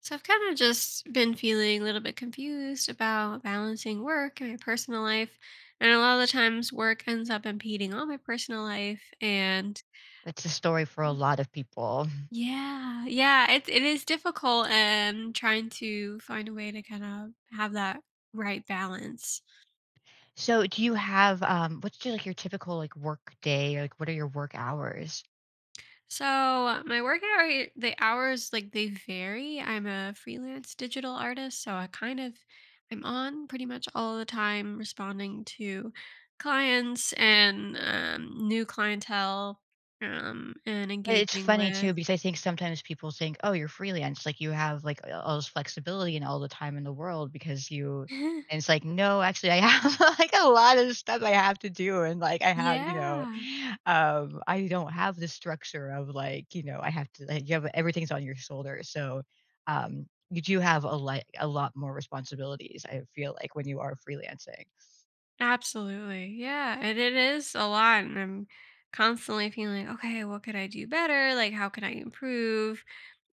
So I've kind of just been feeling a little bit confused about balancing work and my personal life. And a lot of the times work ends up impeding on my personal life. And That's the story for a lot of people. yeah, yeah, it is difficult, and trying to find a way to kind of have that right balance. So do you have, what's your, like, your typical, like, work day? Like, what are your work hours? So my work hour, the hours like they vary. I'm a freelance digital artist, so I kind of I'm on pretty much all the time responding to clients and new clientele, and It's engaging funny with. too because I think sometimes people think, "Oh, you're freelance, like, you have, like, a all this flexibility and all the time in the world because you," and it's like, "No, actually, I have, like, a lot of stuff I have to do, and, like, I have, Yeah, I don't have the structure of, like, I have to like, you have everything's on your shoulders." So, you do have a lot more responsibilities, I feel like, when you are freelancing. absolutely. Yeah, and it is a lot, and I'm constantly feeling okay. What could I do better? Like, how can I improve?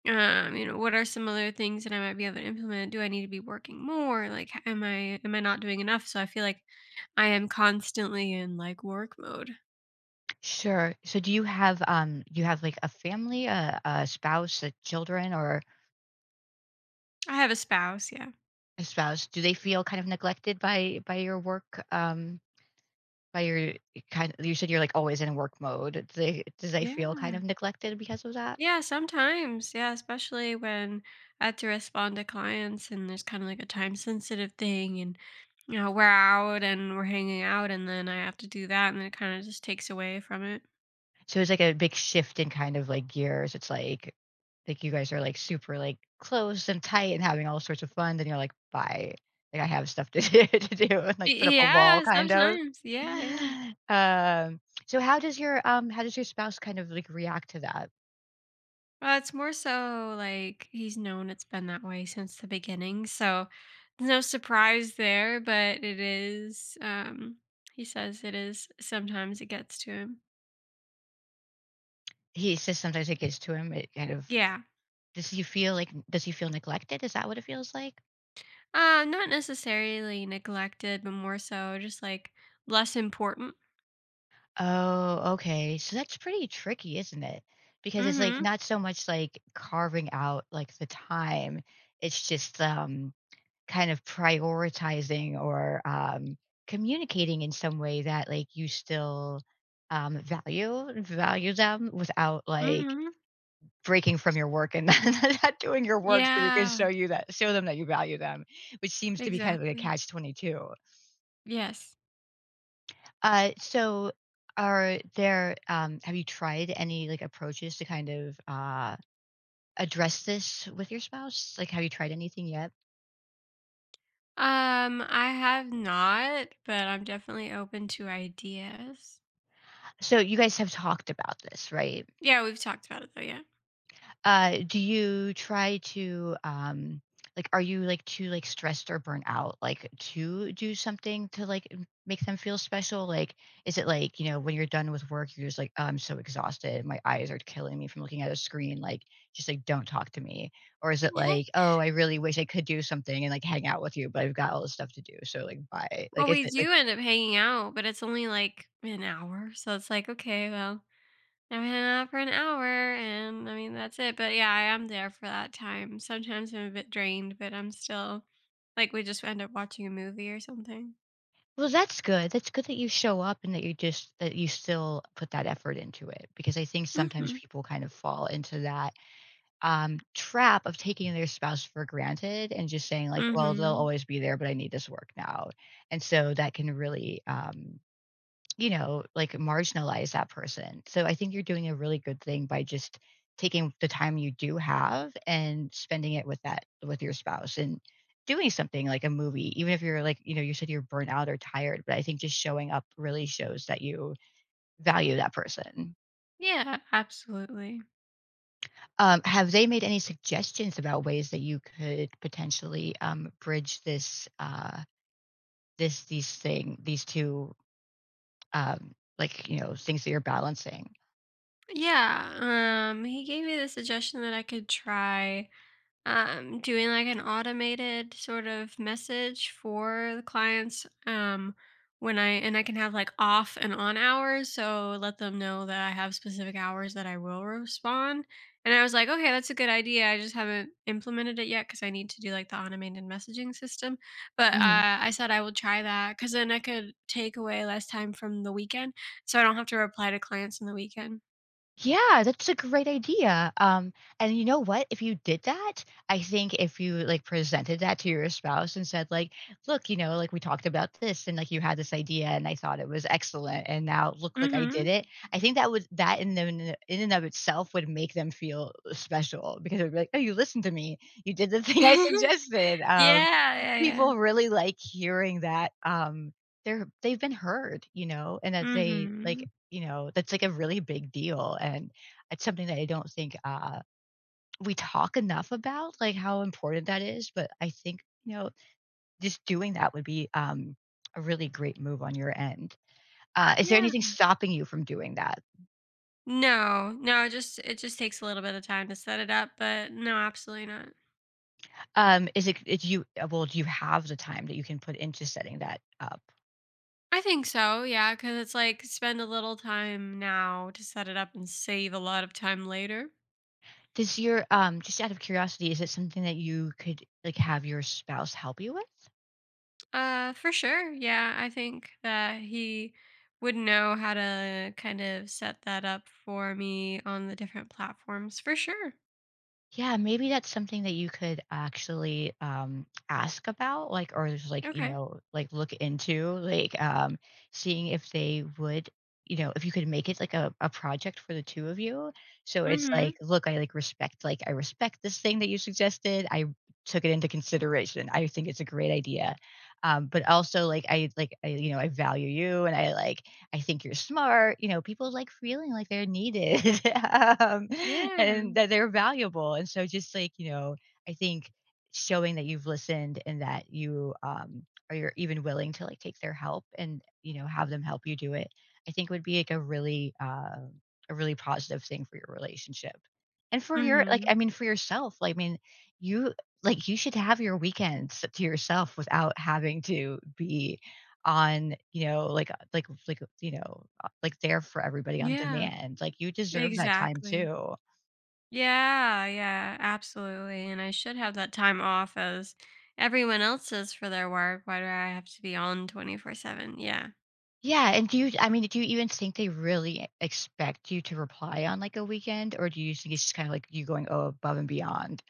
You know, what are some other things that I might be able to implement? Do I need to be working more? Like, am I not doing enough? So I feel like I am constantly in like work mode. Sure. So do you have, like, a family, a spouse, children, or I have a spouse, yeah. Spouse, do they feel kind of neglected by your work, by your kind you said you're, like, always in work mode. Do they does they Yeah. feel kind of neglected because of that? Yeah, sometimes. Yeah, especially when I have to respond to clients and there's kind of like a time sensitive thing, and you know, we're out and we're hanging out and then I have to do that and then it kind of just takes away from it. So it's, like, a big shift in kind of, like, gears. It's, like, you guys are, like, super, like, close and tight and having all sorts of fun, then you're, like, "Bye. Like, I have stuff to do to do," and, like, put up a wall Yeah, kind of. sometimes. Yeah, yeah. Um, so how does your spouse kind of, like, react to that? Well, it's more so like he's known it's been that way since the beginning, so there's no surprise there, but it is he says it is sometimes it gets to him. He says sometimes it gets to him, it kind of Yeah. Does he feel neglected? Is that what it feels like? Uh, not necessarily neglected, but more so just like less important. Oh, okay. So that's pretty tricky, isn't it? Because it's like Mhm. not so much like carving out like the time. It's just kind of prioritizing or communicating in some way that like you still value them without like Mhm. breaking from your work and not doing your work so you can show Yeah, you that show them that you value them, which seems to be kind of like a exactly. catch 22. Yes. So are there, have you tried any like approaches to kind of address this with your spouse? Like, have you tried anything yet? I have not, but I'm definitely open to ideas. So you guys have talked about this, right? Yeah, we've talked about it though, yeah. Do you try to, like, are you like too like stressed or burnt out, like to do something to like make them feel special? Like, is it like, when you're done with work, you're just like, "Oh, I'm so exhausted. My eyes are killing me from looking at a screen. Like, just like, don't talk to me. Or is it like, oh, I really wish I could do something and like hang out with you, but I've got all this stuff to do. So like, bye. Well, Like, is we it like, do end up hanging out, but it's only like an hour. So it's like, okay, well, I'm hanging out for an hour. And I mean, that's it. But yeah, I am there for that time. Sometimes I'm a bit drained, but I'm still like, we just end up watching a movie or something. Well, that's good. That's good that you show up and that you still put that effort into it because I think Mm sometimes hmm. people kind of fall into that trap of taking their spouse for granted and just saying like, mm "Well, they'll hmm. always be there, but I need this work now," and so that can really like marginalize that person. So I think you're doing a really good thing by just taking the time you do have and spending it with your spouse and doing something like a movie even if you're like you said you're burnt out or tired but I think just showing up really shows that you value that person. Yeah, absolutely. Have they made any suggestions about ways that you could potentially bridge this these two um, like things that you're balancing? Yeah. He gave me the suggestion that I could try doing like an automated sort of message for the clients, when I and I can have like off and on hours, so let them know that I have specific hours that I will respond. And I was like, okay, that's a good idea. I just haven't implemented it yet because I need to do like the automated messaging system. But Mm-hmm. I said I will try that because then I could take away less time from the weekend, so I don't have to reply to clients on the weekend. Yeah, that's a great idea. And you know what? If you did that, I think if you like presented that to your spouse and said, like, look, like we talked about this and like you had this idea and I thought it was excellent and now look like I Mm-hmm. did it. I think that would that in the, in and of itself would make them feel special because it would be like, oh, you listened to me. You did the thing I Yeah, suggested. Yeah, yeah. People really like hearing that, they've been heard, and that they like, Mm-hmm. That's like a really big deal, and it's something that I don't think, we talk enough about, like, how important that is, but I think, just doing that would be, a really great move on your end. Is there Yeah. anything stopping you from doing that? No, no, it just takes a little bit of time to set it up, but no, absolutely not. Is it it's you well, do you have the time that you can put into setting that up? I think so, yeah, because it's like spend a little time now to set it up and save a lot of time later. Does your just out of curiosity, is it something that you could, like, have your spouse help you with? For sure, yeah, I think that he would know how to kind of set that up for me on the different platforms for sure. Yeah, maybe that's something that you could actually, ask about, like, or just, like, Okay. Like, look into, like, seeing if they would if you could make it, like, a project for the two of you. So it's Mm-hmm. like, "Look, I respect this thing that you suggested. I took it into consideration. I think it's a great idea. But also, like, I value you, and I think you're smart. You know, people like feeling like they're needed um, Yeah. and that they're valuable. And so, just like, I think showing that you've listened and that you are you're even willing to like take their help and, have them help you do it, I think would be like a a really positive thing for your relationship. And for your, like, Mm-hmm. I mean, for yourself, like, I mean, you, you should have your weekends to yourself without having to be on, like like, like, there for everybody on Yeah. demand, like, you deserve that time Exactly. too. Yeah, yeah, absolutely. And I should have that time off as everyone else is for their work. Why do I have to be on 24/7? Yeah. Yeah, and do you even think they really expect you to reply on, like, a weekend, or do you think it's just kinda, like, you going oh above and beyond?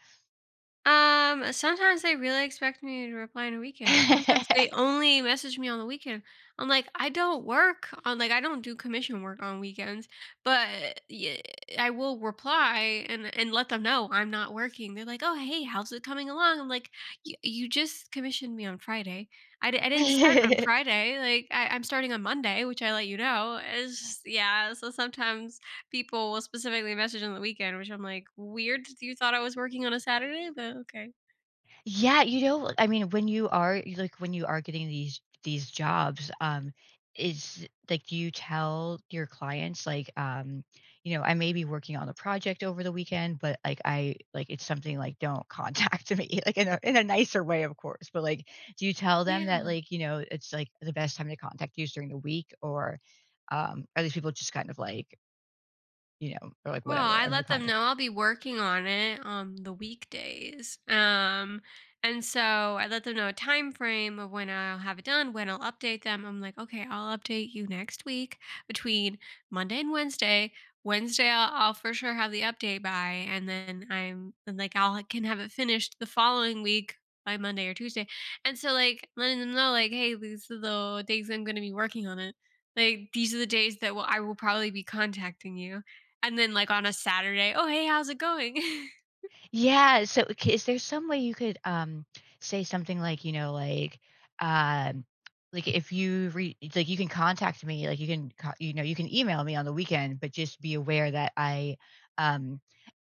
Sometimes they really expect me to reply on a weekend. Sometimes they only message me on the weekend. I'm like, I don't work on like I don't do commission work on weekends, but yeah, I will reply and let them know I'm not working. They're like, oh hey, how's it coming along? I'm like, You just commissioned me on Friday. I didn't start on Friday. Like I'm starting on Monday, which I let you know. Is yeah. So sometimes people will specifically message on the weekend, which I'm like, weird that you thought I was working on a Saturday, but okay. Yeah, I mean, when you are getting these jobs, is like do you tell your clients like, I may be working on a project over the weekend, but like I like it's something like don't contact me like in a nicer way, of course. But like, do you tell them that Yeah. like it's like the best time to contact you is during the week, or are these people just kind of like or like Well, whatever? I I'm gonna let them contact. know I'll be working on it on the weekdays. And so I let them know a time frame of when I'll have it done, when I'll update them. I'm like, okay, I'll update you next week between Monday and Wednesday. Wednesday, I'll for sure have the update by, and then I'm and like, I'll can have it finished the following week by Monday or Tuesday. And so, like, letting them know, like, hey, these are the days I'm going to be working on it. Like, these are the days that will I will probably be contacting you, and then, like, on a Saturday, "Oh, hey, how's it going?" Yeah, so c is there some way you could, say something like, um, like, if you re it's like, you can contact me, like, you can co you know, you can email me on the weekend, but just be aware that I, um,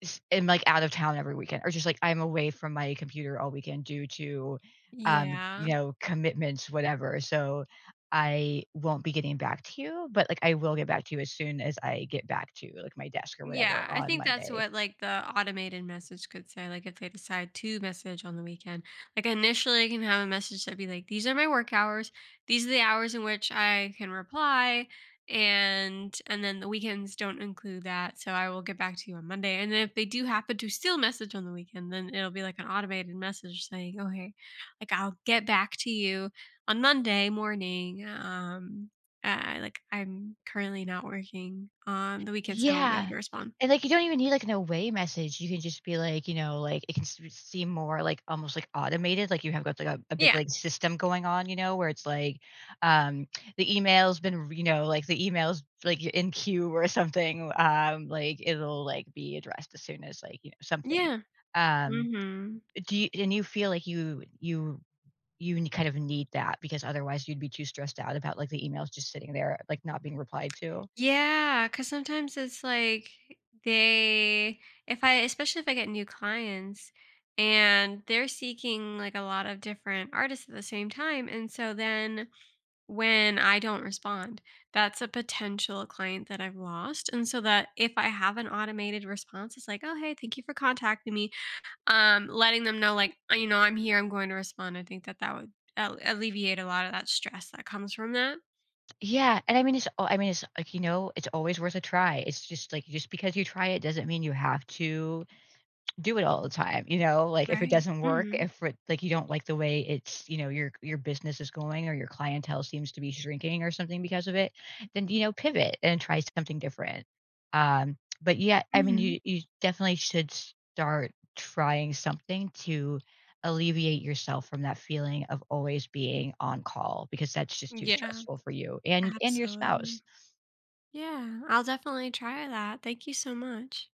s am, like, out of town every weekend, or just, like, I'm away from my computer all weekend due to, Yeah. Commitments, whatever, so I won't be getting back to you, but, like, I will get back to you as soon as I get back to, like, my desk or whatever Yeah, I on think that's Monday. what, like, the automated message could say, like, if they decide to message on the weekend. Like, initially, I can have a message that'd be like, "These are my work hours. These are the hours in which I can reply, and then the weekends don't include that, so I will get back to you on Monday." And then if they do happen to still message on the weekend, then it'll be, like, an automated message saying, "Oh, hey, like, I'll get back to you on Monday morning, like, I'm currently not working on the weekends, so I won't be able Yeah. to respond. And, like, you don't even need, like, an away message. You can just be, like, like, it can s seem more, like, almost, like, automated, like, you have got, like, a big, Yeah. like, system going on, where it's, like, um, the email's, like, you're in queue or something, like, it'll, like, be addressed as soon as, like, something. Yeah. Um, Mhm. do you and you feel like you n kind of need that because otherwise you'd be too stressed out about, like, the emails just sitting there, like, not being replied to? Because sometimes it's like they if I especially if I get new clients and they're seeking, like, a lot of different artists at the same time, and so then when I don't respond, that's a potential client that I've lost, and so that if I have an automated response, it's like, "Oh, hey, thank you for contacting me. Letting them know, like, you know, I'm here, I'm going to respond. I think that that would al alleviate a lot of that stress that comes from that. Yeah, and I mean, it's like, it's always worth a try. It's just like, just because you try it doesn't mean you have to do it all the time, you know? Like, if it Right. doesn't work, Mhm. if it like, you don't like the way it's, your business is going or your clientele seems to be shrinking or something because of it, then, pivot and try something different. But yeah, I mean, Mhm. you definitely should start trying something to alleviate yourself from that feeling of always being on call because that's just too Yeah. stressful for you and your spouse. Absolutely. Yeah, I'll definitely try that. Thank you so much.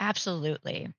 Absolutely.